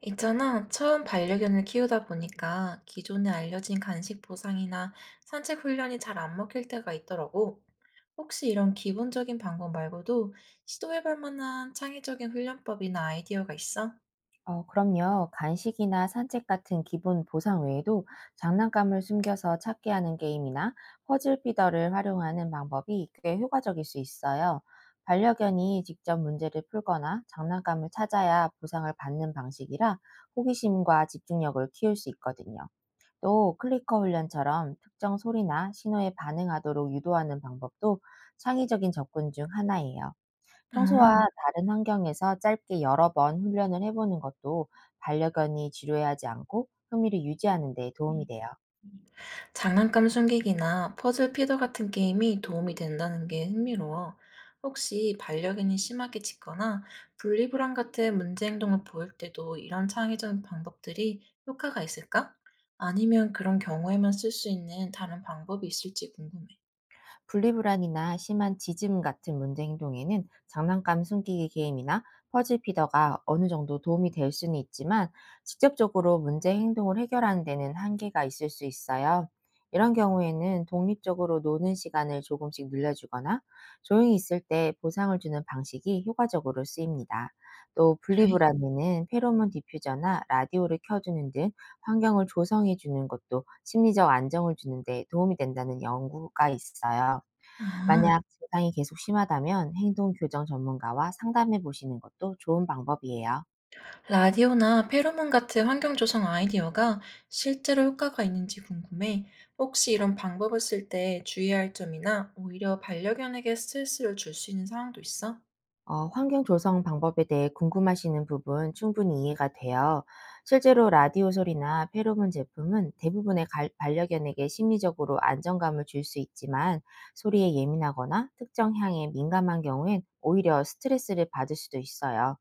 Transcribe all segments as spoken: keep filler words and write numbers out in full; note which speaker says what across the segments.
Speaker 1: 있잖아, 처음 반려견을 키우다 보니까 기존에 알려진 간식 보상이나 산책 훈련이 잘 안 먹힐 때가 있더라고. 혹시 이런 기본적인 방법 말고도 시도해볼 만한 창의적인 훈련법이나 아이디어가 있어?
Speaker 2: 어, 그럼요. 간식이나 산책 같은 기본 보상 외에도 장난감을 숨겨서 찾게 하는 게임이나 퍼즐 피더를 활용하는 방법이 꽤 효과적일 수 있어요. 반려견이 직접 문제를 풀거나 장난감을 찾아야 보상을 받는 방식이라 호기심과 집중력을 키울 수 있거든요. 또 클리커 훈련처럼 특정 소리나 신호에 반응하도록 유도하는 방법도 창의적인 접근 중 하나예요.
Speaker 1: 어.
Speaker 2: 평소와 다른 환경에서 짧게 여러 번 훈련을 해보는 것도 반려견이 지루해하지 않고 흥미를 유지하는 데 도움이 돼요.
Speaker 1: 장난감 숨기기나 퍼즐 피더 같은 게임이 도움이 된다는 게 흥미로워. 혹시 반려견이 심하게 짖거나 분리불안 같은 문제 행동을 보일 때도 이런 창의적인 방법들이 효과가 있을까? 아니면 그런 경우에만 쓸 수 있는 다른 방법이 있을지 궁금해.
Speaker 2: 분리불안이나 심한 지짐 같은 문제 행동에는 장난감 숨기기 게임이나 퍼즐 피더가 어느 정도 도움이 될 수는 있지만 직접적으로 문제 행동을 해결하는 데는 한계가 있을 수 있어요. 이런 경우에는 독립적으로 노는 시간을 조금씩 늘려주거나 조용히 있을 때 보상을 주는 방식이 효과적으로 쓰입니다. 또
Speaker 1: 그래?
Speaker 2: 분리불안에는 페로몬 디퓨저나 라디오를 켜주는 등 환경을 조성해 주는 것도 심리적 안정을 주는 데 도움이 된다는 연구가 있어요. 만약
Speaker 1: 아.
Speaker 2: 증상이 계속 심하다면 행동 교정 전문가와 상담해 보시는 것도 좋은 방법이에요.
Speaker 1: 라디오나 페로몬 같은 환경 조성 아이디어가 실제로 효과가 있는지 궁금해. 혹시 이런 방법을 쓸 때 주의할 점이나 오히려 반려견에게 스트레스를 줄 수 있는 상황도 있어?
Speaker 2: 어, 환경 조성 방법에 대해 궁금하시는 부분 충분히 이해가 돼요. 실제로 라디오 소리나 페로몬 제품은 대부분의 갈- 반려견에게 심리적으로 안정감을 줄 수 있지만 소리에 예민하거나 특정 향에 민감한 경우엔 오히려 스트레스를 받을 수도 있어요.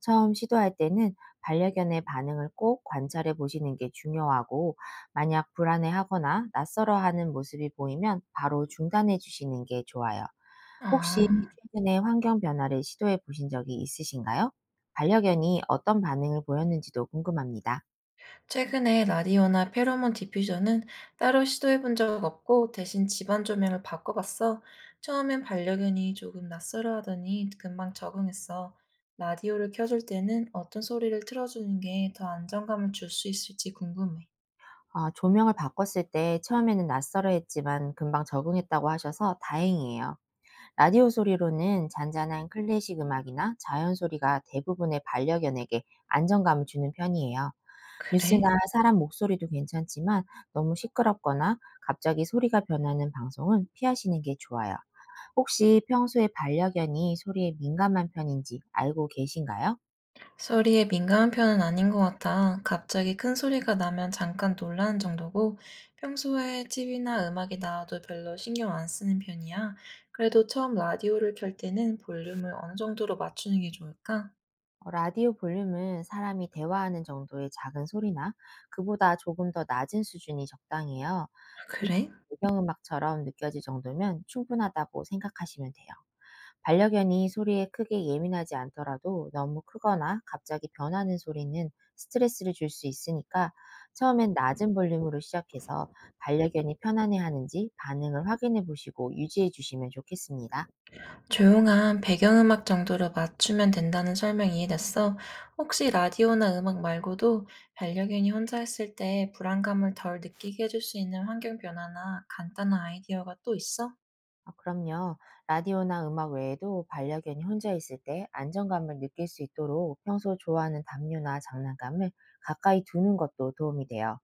Speaker 2: 처음 시도할 때는 반려견의 반응을 꼭 관찰해 보시는 게 중요하고, 만약 불안해하거나 낯설어하는 모습이 보이면 바로 중단해 주시는 게 좋아요. 혹시
Speaker 1: 아,
Speaker 2: 최근에 환경 변화를 시도해 보신 적이 있으신가요? 반려견이 어떤 반응을 보였는지도 궁금합니다.
Speaker 1: 최근에 라디오나 페로몬 디퓨저는 따로 시도해 본 적 없고 대신 집안 조명을 바꿔봤어. 처음엔 반려견이 조금 낯설어 하더니 금방 적응했어. 라디오를 켜줄 때는 어떤 소리를 틀어주는 게 더 안정감을 줄 수 있을지 궁금해.
Speaker 2: 아, 조명을 바꿨을 때 처음에는 낯설어 했지만 금방 적응했다고 하셔서 다행이에요. 라디오 소리로는 잔잔한 클래식 음악이나 자연 소리가 대부분의 반려견에게 안정감을 주는 편이에요.
Speaker 1: 그래?
Speaker 2: 뉴스나 사람 목소리도 괜찮지만 너무 시끄럽거나 갑자기 소리가 변하는 방송은 피하시는 게 좋아요. 혹시 평소에 반려견이 소리에 민감한 편인지 알고 계신가요?
Speaker 1: 소리에 민감한 편은 아닌 것 같아. 갑자기 큰 소리가 나면 잠깐 놀라는 정도고, 평소에 티비나 음악이 나와도 별로 신경 안 쓰는 편이야. 그래도 처음 라디오를 켤 때는 볼륨을 어느 정도로 맞추는 게 좋을까?
Speaker 2: 어, 라디오 볼륨은 사람이 대화하는 정도의 작은 소리나 그보다 조금 더 낮은 수준이 적당해요.
Speaker 1: 아,
Speaker 2: 음,
Speaker 1: 그래?
Speaker 2: 배경음악처럼 느껴질 정도면 충분하다고 생각하시면 돼요. 반려견이 소리에 크게 예민하지 않더라도 너무 크거나 갑자기 변하는 소리는 스트레스를 줄 수 있으니까, 처음엔 낮은 볼륨으로 시작해서 반려견이 편안해하는지 반응을 확인해 보시고 유지해 주시면 좋겠습니다.
Speaker 1: 조용한 배경음악 정도로 맞추면 된다는 설명이 이해됐어. 혹시 라디오나 음악 말고도 반려견이 혼자 있을 때 불안감을 덜 느끼게 해줄 수 있는 환경 변화나 간단한 아이디어가 또 있어?
Speaker 2: 아, 그럼요. 라디오나 음악 외에도 반려견이 혼자 있을 때 안정감을 느낄 수 있도록 평소 좋아하는 담요나 장난감을 가까이 두는 것도 도움이 돼요.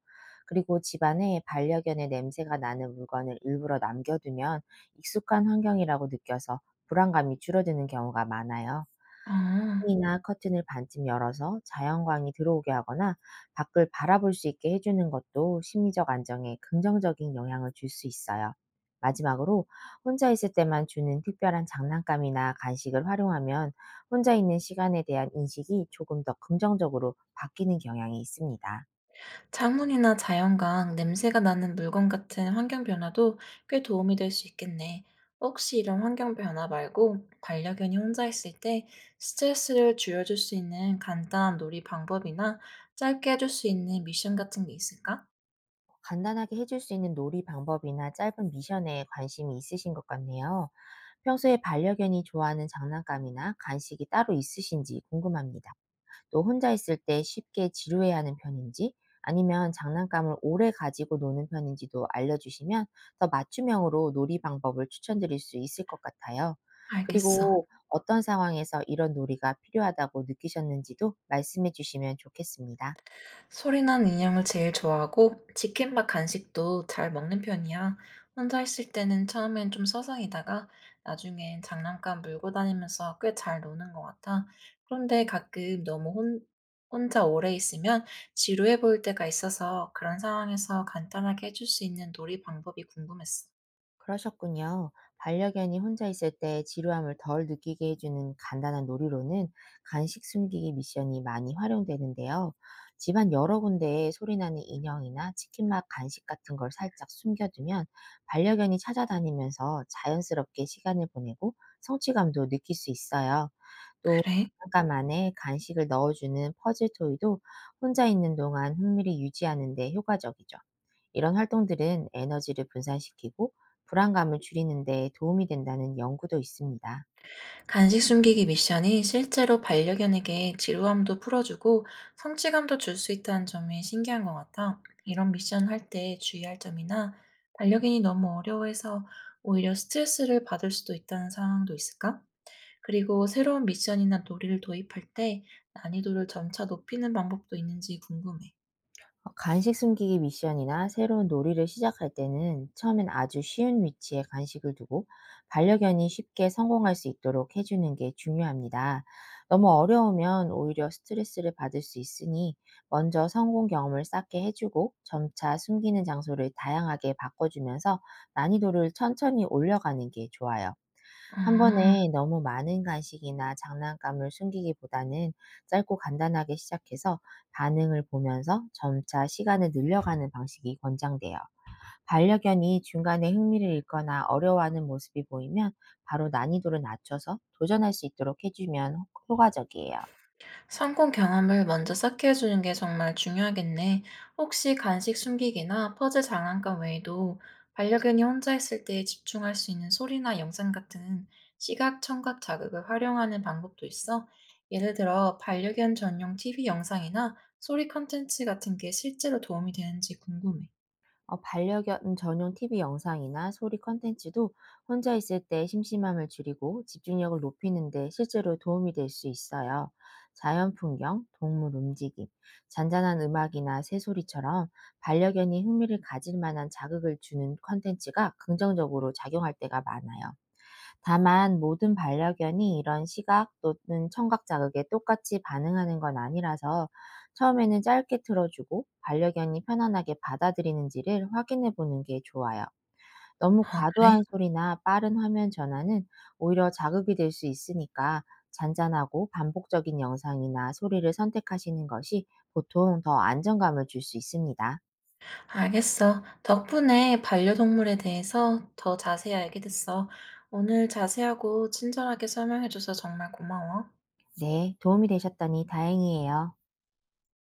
Speaker 2: 그리고 집안에 반려견의 냄새가 나는 물건을 일부러 남겨두면 익숙한 환경이라고 느껴서 불안감이 줄어드는 경우가 많아요.
Speaker 1: 아,
Speaker 2: 창문이나 커튼을 반쯤 열어서 자연광이 들어오게 하거나 밖을 바라볼 수 있게 해주는 것도 심리적 안정에 긍정적인 영향을 줄 수 있어요. 마지막으로 혼자 있을 때만 주는 특별한 장난감이나 간식을 활용하면 혼자 있는 시간에 대한 인식이 조금 더 긍정적으로 바뀌는 경향이 있습니다.
Speaker 1: 창문이나 자연광, 냄새가 나는 물건 같은 환경 변화도 꽤 도움이 될 수 있겠네. 혹시 이런 환경 변화 말고 반려견이 혼자 있을 때 스트레스를 줄여줄 수 있는 간단한 놀이 방법이나 짧게 해줄 수 있는 미션 같은 게 있을까?
Speaker 2: 간단하게 해줄 수 있는 놀이 방법이나 짧은 미션에 관심이 있으신 것 같네요. 평소에 반려견이 좋아하는 장난감이나 간식이 따로 있으신지 궁금합니다. 또 혼자 있을 때 쉽게 지루해하는 편인지, 아니면 장난감을 오래 가지고 노는 편인지도 알려주시면 더 맞춤형으로 놀이 방법을 추천드릴 수 있을 것 같아요.
Speaker 1: 알겠어.
Speaker 2: 그리고 어떤 상황에서 이런 놀이가 필요하다고 느끼셨는지도 말씀해 주시면 좋겠습니다.
Speaker 1: 소리난 인형을 제일 좋아하고 치킨밥 간식도 잘 먹는 편이야. 혼자 있을 때는 처음엔 좀 서성이다가 나중엔 장난감 물고 다니면서 꽤 잘 노는 것 같아. 그런데 가끔 너무 혼, 혼자 오래 있으면 지루해 보일 때가 있어서 그런 상황에서 간단하게 해줄 수 있는 놀이 방법이 궁금했어.
Speaker 2: 그러셨군요. 반려견이 혼자 있을 때 지루함을 덜 느끼게 해주는 간단한 놀이로는 간식 숨기기 미션이 많이 활용되는데요. 집안 여러 군데에 소리나는 인형이나 치킨맛 간식 같은 걸 살짝 숨겨두면 반려견이 찾아다니면서 자연스럽게 시간을 보내고 성취감도 느낄 수 있어요. 또
Speaker 1: 그래?
Speaker 2: 잠깐 만에 간식을 넣어주는 퍼즐 토이도 혼자 있는 동안 흥미를 유지하는 데 효과적이죠. 이런 활동들은 에너지를 분산시키고 불안감을 줄이는 데 도움이 된다는 연구도 있습니다.
Speaker 1: 간식 숨기기 미션이 실제로 반려견에게 지루함도 풀어주고 성취감도 줄 수 있다는 점이 신기한 것 같아. 이런 미션 할 때 주의할 점이나 반려견이 너무 어려워해서 오히려 스트레스를 받을 수도 있다는 상황도 있을까? 그리고 새로운 미션이나 놀이를 도입할 때 난이도를 점차 높이는 방법도 있는지 궁금해.
Speaker 2: 어, 간식 숨기기 미션이나 새로운 놀이를 시작할 때는 처음엔 아주 쉬운 위치에 간식을 두고 반려견이 쉽게 성공할 수 있도록 해주는 게 중요합니다. 너무 어려우면 오히려 스트레스를 받을 수 있으니, 먼저 성공 경험을 쌓게 해주고 점차 숨기는 장소를 다양하게 바꿔주면서 난이도를 천천히 올려가는 게 좋아요. 한
Speaker 1: 음.
Speaker 2: 번에 너무 많은 간식이나 장난감을 숨기기보다는 짧고 간단하게 시작해서 반응을 보면서 점차 시간을 늘려가는 방식이 권장돼요. 반려견이 중간에 흥미를 잃거나 어려워하는 모습이 보이면 바로 난이도를 낮춰서 도전할 수 있도록 해주면 효과적이에요.
Speaker 1: 성공 경험을 먼저 쌓게 해주는 게 정말 중요하겠네. 혹시 간식 숨기기나 퍼즐 장난감 외에도 반려견이 혼자 있을 때 집중할 수 있는 소리나 영상 같은 시각, 청각 자극을 활용하는 방법도 있어. 예를 들어 반려견 전용 티비 영상이나 소리 콘텐츠 같은 게 실제로 도움이 되는지 궁금해.
Speaker 2: 어, 반려견 전용 티비 영상이나 소리 콘텐츠도 혼자 있을 때 심심함을 줄이고 집중력을 높이는 데 실제로 도움이 될 수 있어요. 자연 풍경, 동물 움직임, 잔잔한 음악이나 새소리처럼 반려견이 흥미를 가질 만한 자극을 주는 콘텐츠가 긍정적으로 작용할 때가 많아요. 다만 모든 반려견이 이런 시각 또는 청각 자극에 똑같이 반응하는 건 아니라서 처음에는 짧게 틀어주고 반려견이 편안하게 받아들이는지를 확인해 보는 게 좋아요. 너무
Speaker 1: 아, 그래?
Speaker 2: 과도한 소리나 빠른 화면 전환은 오히려 자극이 될 수 있으니까 잔잔하고 반복적인 영상이나 소리를 선택하시는 것이 보통 더 안정감을 줄 수 있습니다.
Speaker 1: 알겠어. 덕분에 반려동물에 대해서 더 자세히 알게 됐어. 오늘 자세하고 친절하게 설명해줘서 정말 고마워.
Speaker 2: 네, 도움이 되셨다니 다행이에요.